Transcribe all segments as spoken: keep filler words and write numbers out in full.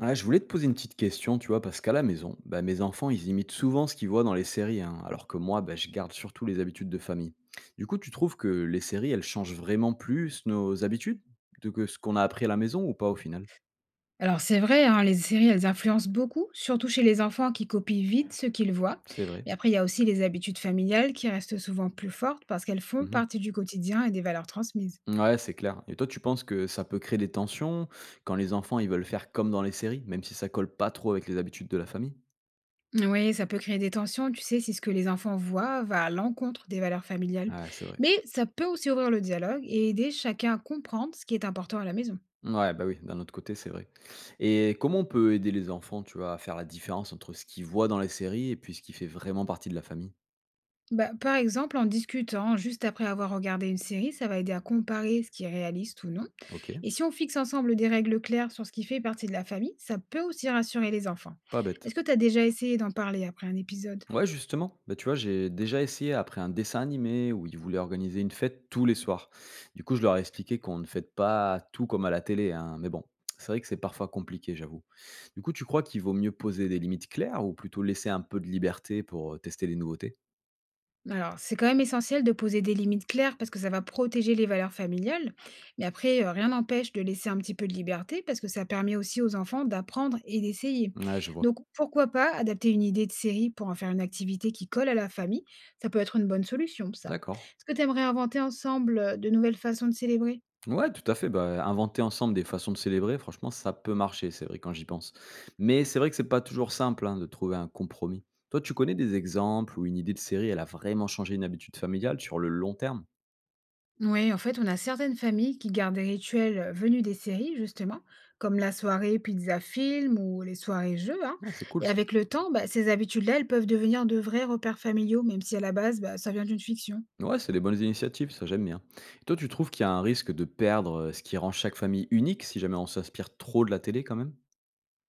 Ouais, je voulais te poser une petite question, tu vois, parce qu'à la maison, bah, mes enfants, ils imitent souvent ce qu'ils voient dans les séries, hein, alors que moi, bah, je garde surtout les habitudes de famille. Du coup, tu trouves que les séries, elles changent vraiment plus nos habitudes de que ce qu'on a appris à la maison ou pas au final? Alors c'est vrai, hein, les séries, elles influencent beaucoup, surtout chez les enfants qui copient vite ce qu'ils voient. C'est vrai. Mais après, il y a aussi les habitudes familiales qui restent souvent plus fortes parce qu'elles font Mhm. partie du quotidien et des valeurs transmises. Ouais, c'est clair. Et toi, tu penses que ça peut créer des tensions quand les enfants, ils veulent faire comme dans les séries, même si ça colle pas trop avec les habitudes de la famille? Oui, ça peut créer des tensions, tu sais, si ce que les enfants voient va à l'encontre des valeurs familiales. Ouais, c'est vrai. Mais ça peut aussi ouvrir le dialogue et aider chacun à comprendre ce qui est important à la maison. Ouais, bah, oui, d'un autre côté, c'est vrai, et comment on peut aider les enfants, tu vois, à faire la différence entre ce qu'ils voient dans les séries et puis ce qui fait vraiment partie de la famille? Bah, par exemple, en discutant juste après avoir regardé une série, ça va aider à comparer ce qui est réaliste ou non. OK, Et si on fixe ensemble des règles claires sur ce qui fait partie de la famille, ça peut aussi rassurer les enfants. pas bête. Est-ce que tu as déjà essayé d'en parler après un épisode? Ouais, justement, bah, tu vois, j'ai déjà essayé après un dessin animé où ils voulaient organiser une fête tous les soirs. Du coup, je leur ai expliqué qu'on ne fête pas tout comme à la télé, hein, mais bon, c'est vrai que c'est parfois compliqué, j'avoue. Du coup, tu crois qu'il vaut mieux poser des limites claires ou plutôt laisser un peu de liberté pour, heu, tester les nouveautés? Alors, c'est quand même essentiel de poser des limites claires parce que ça va protéger les valeurs familiales. Mais après, euh, rien n'empêche de laisser un petit peu de liberté parce que ça permet aussi aux enfants d'apprendre et d'essayer. Ouais, je vois. Donc, pourquoi pas adapter une idée de série pour en faire une activité qui colle à la famille? Ça peut être une bonne solution, ça. D'accord. Est-ce que tu aimerais inventer ensemble euh, de nouvelles façons de célébrer? Ouais, tout à fait, bah, inventer ensemble des façons de célébrer, franchement, ça peut marcher, c'est vrai quand j'y pense. Mais c'est vrai que c'est pas toujours simple, hein, de trouver un compromis. Toi, tu connais des exemples où une idée de série, elle a vraiment changé une habitude familiale sur le long terme? Oui, en fait, on a certaines familles qui gardent des rituels euh, venus des séries, justement, comme la soirée pizza film ou les soirées jeux, hein. Ah, c'est cool Et ça. avec le temps, bah, ces habitudes-là, elles peuvent devenir de vrais repères familiaux, même si à la base, bah, ça vient d'une fiction. Ouais, c'est des bonnes initiatives, ça j'aime bien. Et toi, tu trouves qu'il y a un risque de perdre euh, ce qui rend chaque famille unique si jamais on s'inspire trop de la télé quand même?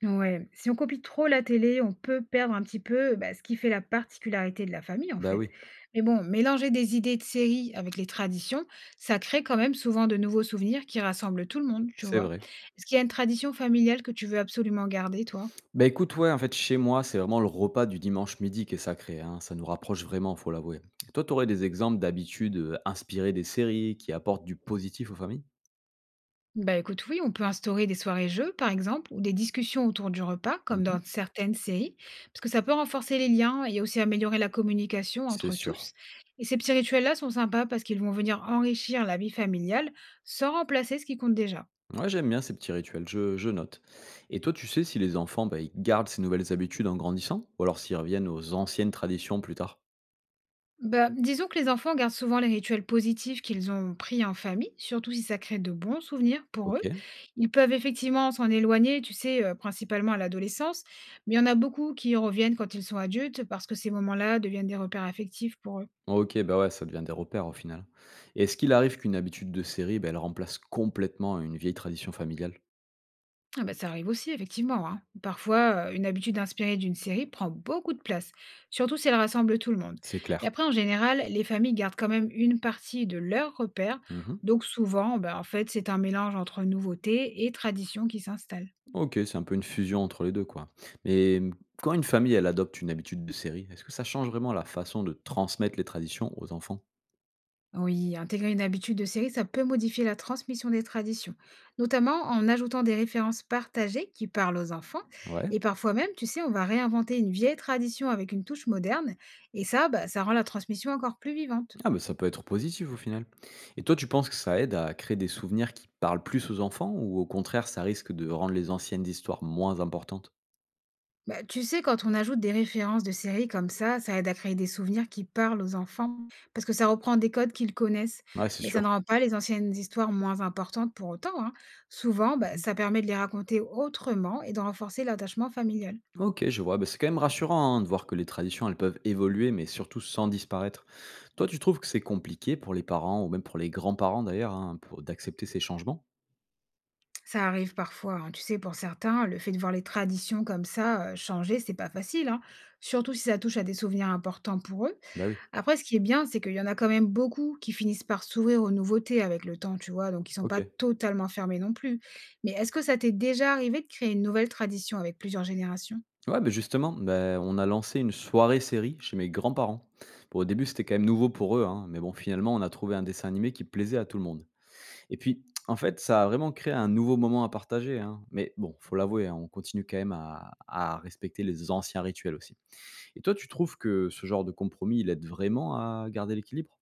Ouais, si on copie trop la télé, on peut perdre un petit peu bah, ce qui fait la particularité de la famille, en Bah fait. oui, Mais bon, mélanger des idées de séries avec les traditions, ça crée quand même souvent de nouveaux souvenirs qui rassemblent tout le monde, tu c'est vois. vrai. Est-ce qu'il y a une tradition familiale que tu veux absolument garder, toi? Bah, écoute, ouais, en fait, chez moi, c'est vraiment le repas du dimanche midi qui est sacré, hein. Ça nous rapproche vraiment, faut l'avouer. Toi, tu aurais des exemples d'habitudes, heu, inspirées des séries qui apportent du positif aux familles? Bah écoute, oui, on peut instaurer des soirées-jeux, par exemple, ou des discussions autour du repas, comme Mmh. dans certaines séries, parce que ça peut renforcer les liens et aussi améliorer la communication C'est entre sûr. tous. Et ces petits rituels-là sont sympas parce qu'ils vont venir enrichir la vie familiale sans remplacer ce qui compte déjà. Ouais, j'aime bien ces petits rituels, je je note. Et toi, tu sais si les enfants, bah, ils gardent ces nouvelles habitudes en grandissant? Ou alors s'ils reviennent aux anciennes traditions plus tard? Bah, disons que les enfants gardent souvent les rituels positifs qu'ils ont pris en famille, surtout si ça crée de bons souvenirs pour OK. eux. Ils peuvent effectivement s'en éloigner, tu sais, euh, principalement à l'adolescence, mais il y en a beaucoup qui y reviennent quand ils sont adultes parce que ces moments-là deviennent des repères affectifs pour eux. OK, bah, ouais, ça devient des repères au final. Et est-ce qu'il arrive qu'une habitude de série, bah, elle remplace complètement une vieille tradition familiale? Ah bah, ça arrive aussi, effectivement, hein. Parfois, euh, une habitude inspirée d'une série prend beaucoup de place, surtout si elle rassemble tout le monde. C'est Mais clair. après, en général, les familles gardent quand même une partie de leurs repères, Mmh. donc souvent, bah, en fait, c'est un mélange entre nouveauté et tradition qui s'installe. OK, c'est un peu une fusion entre les deux, quoi. Mais, mmh, Quand une famille, elle adopte une habitude de série, est-ce que ça change vraiment la façon de transmettre les traditions aux enfants? Oui, intégrer une habitude de série, ça peut modifier la transmission des traditions, notamment en ajoutant des références partagées qui parlent aux enfants. Ouais. Et parfois même, tu sais, on va réinventer une vieille tradition avec une touche moderne, et ça, bah, ça rend la transmission encore plus vivante. Ah bah, ça peut être positif au final. Et toi, tu penses que ça aide à créer des souvenirs qui parlent plus aux enfants ou au contraire, ça risque de rendre les anciennes histoires moins importantes? Bah, tu sais, quand on ajoute des références de séries comme ça, ça aide à créer des souvenirs qui parlent aux enfants, parce que ça reprend des codes qu'ils connaissent, Ouais, c'est mais sûr. ça ne rend pas les anciennes histoires moins importantes pour autant, hein. Souvent, bah, Mmh. ça permet de les raconter autrement et de renforcer l'attachement familial. OK, je vois. Bah, c'est quand même rassurant, hein, de voir que les traditions, elles peuvent évoluer, mais surtout sans disparaître. Toi, tu trouves que c'est compliqué pour les parents ou même pour les grands-parents d'ailleurs, hein, pour d'accepter ces changements? Ça arrive parfois, hein. Tu sais, pour certains, le fait de voir les traditions comme ça euh, changer, c'est pas facile, hein, surtout si ça touche à des souvenirs importants pour eux. Bah oui, Après, ce qui est bien, c'est qu'il y en a quand même beaucoup qui finissent par s'ouvrir aux nouveautés avec le temps, tu vois, donc ils sont pas OK. totalement fermés non plus. Mais est-ce que ça t'est déjà arrivé de créer une nouvelle tradition avec plusieurs générations? Ouais, ben justement, ben on a lancé une soirée série chez mes grands-parents. Bon, au début, c'était quand même nouveau pour eux, hein, mais bon, finalement, on a trouvé un dessin animé qui plaisait à tout le monde. Et puis, en fait, ça a vraiment créé un nouveau moment à partager, hein. Mais bon, faut l'avouer, hein, on continue quand même à, à respecter les anciens rituels aussi. Et toi, tu trouves que ce genre de compromis, il aide vraiment à garder l'équilibre?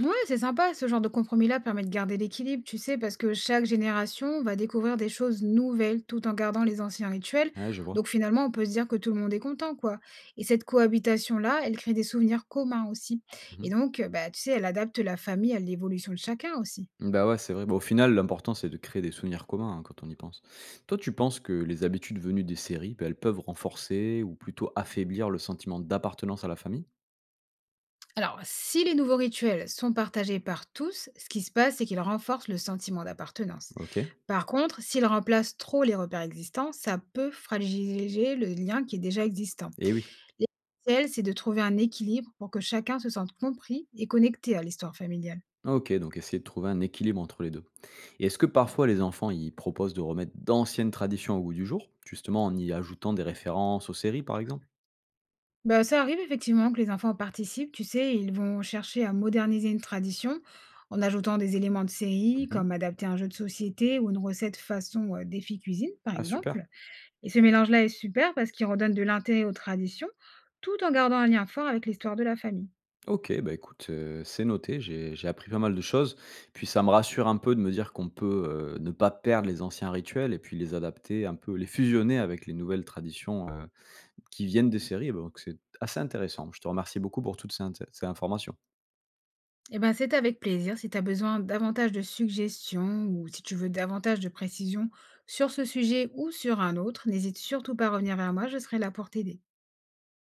Ouais, c'est sympa, ce genre de compromis-là permet de garder l'équilibre, tu sais, parce que chaque génération va découvrir des choses nouvelles tout en gardant les anciens rituels. Ouais, je vois. Donc finalement, on peut se dire que tout le monde est content, quoi. Et cette cohabitation-là, elle crée des souvenirs communs aussi. Et Mhm. donc, euh, bah, tu sais, elle adapte la famille à l'évolution de chacun aussi. Bah, ouais, c'est vrai. Bah, au final, l'important, c'est de créer des souvenirs communs, hein, quand on y pense. Toi, tu penses que les habitudes venues des séries, bah, elles peuvent renforcer ou plutôt affaiblir le sentiment d'appartenance à la famille? Alors, si les nouveaux rituels sont partagés par tous, ce qui se passe, c'est qu'ils renforcent le sentiment d'appartenance. OK. Par contre, s'ils remplacent trop les repères existants, ça peut fragiliser le lien qui est déjà existant. Eh oui. L'essentiel, c'est de trouver un équilibre pour que chacun se sente compris et connecté à l'histoire familiale. OK, donc essayer de trouver un équilibre entre les deux. Et est-ce que parfois les enfants, ils proposent de remettre d'anciennes traditions au goût du jour, justement en y ajoutant des références aux séries, par exemple? Bah, ça arrive effectivement que les enfants participent, tu sais, ils vont chercher à moderniser une tradition en ajoutant des éléments de série, Mmh. comme adapter un jeu de société ou une recette façon euh, défi cuisine, par Ah super. exemple. Et ce mélange-là est super parce qu'il redonne de l'intérêt aux traditions, tout en gardant un lien fort avec l'histoire de la famille. OK, bah, écoute, heu, c'est noté. J'ai j'ai appris pas mal de choses. Puis ça me rassure un peu de me dire qu'on peut, heu, ne pas perdre les anciens rituels et puis les adapter un peu, les fusionner avec les nouvelles traditions, heu, qui viennent des séries. Donc c'est assez intéressant. Je te remercie beaucoup pour toutes ces inté ces informations. Eh ben, c'est avec plaisir. Si tu as besoin davantage de suggestions ou si tu veux davantage de précisions sur ce sujet ou sur un autre, n'hésite surtout pas à revenir vers moi, je serai là pour t'aider.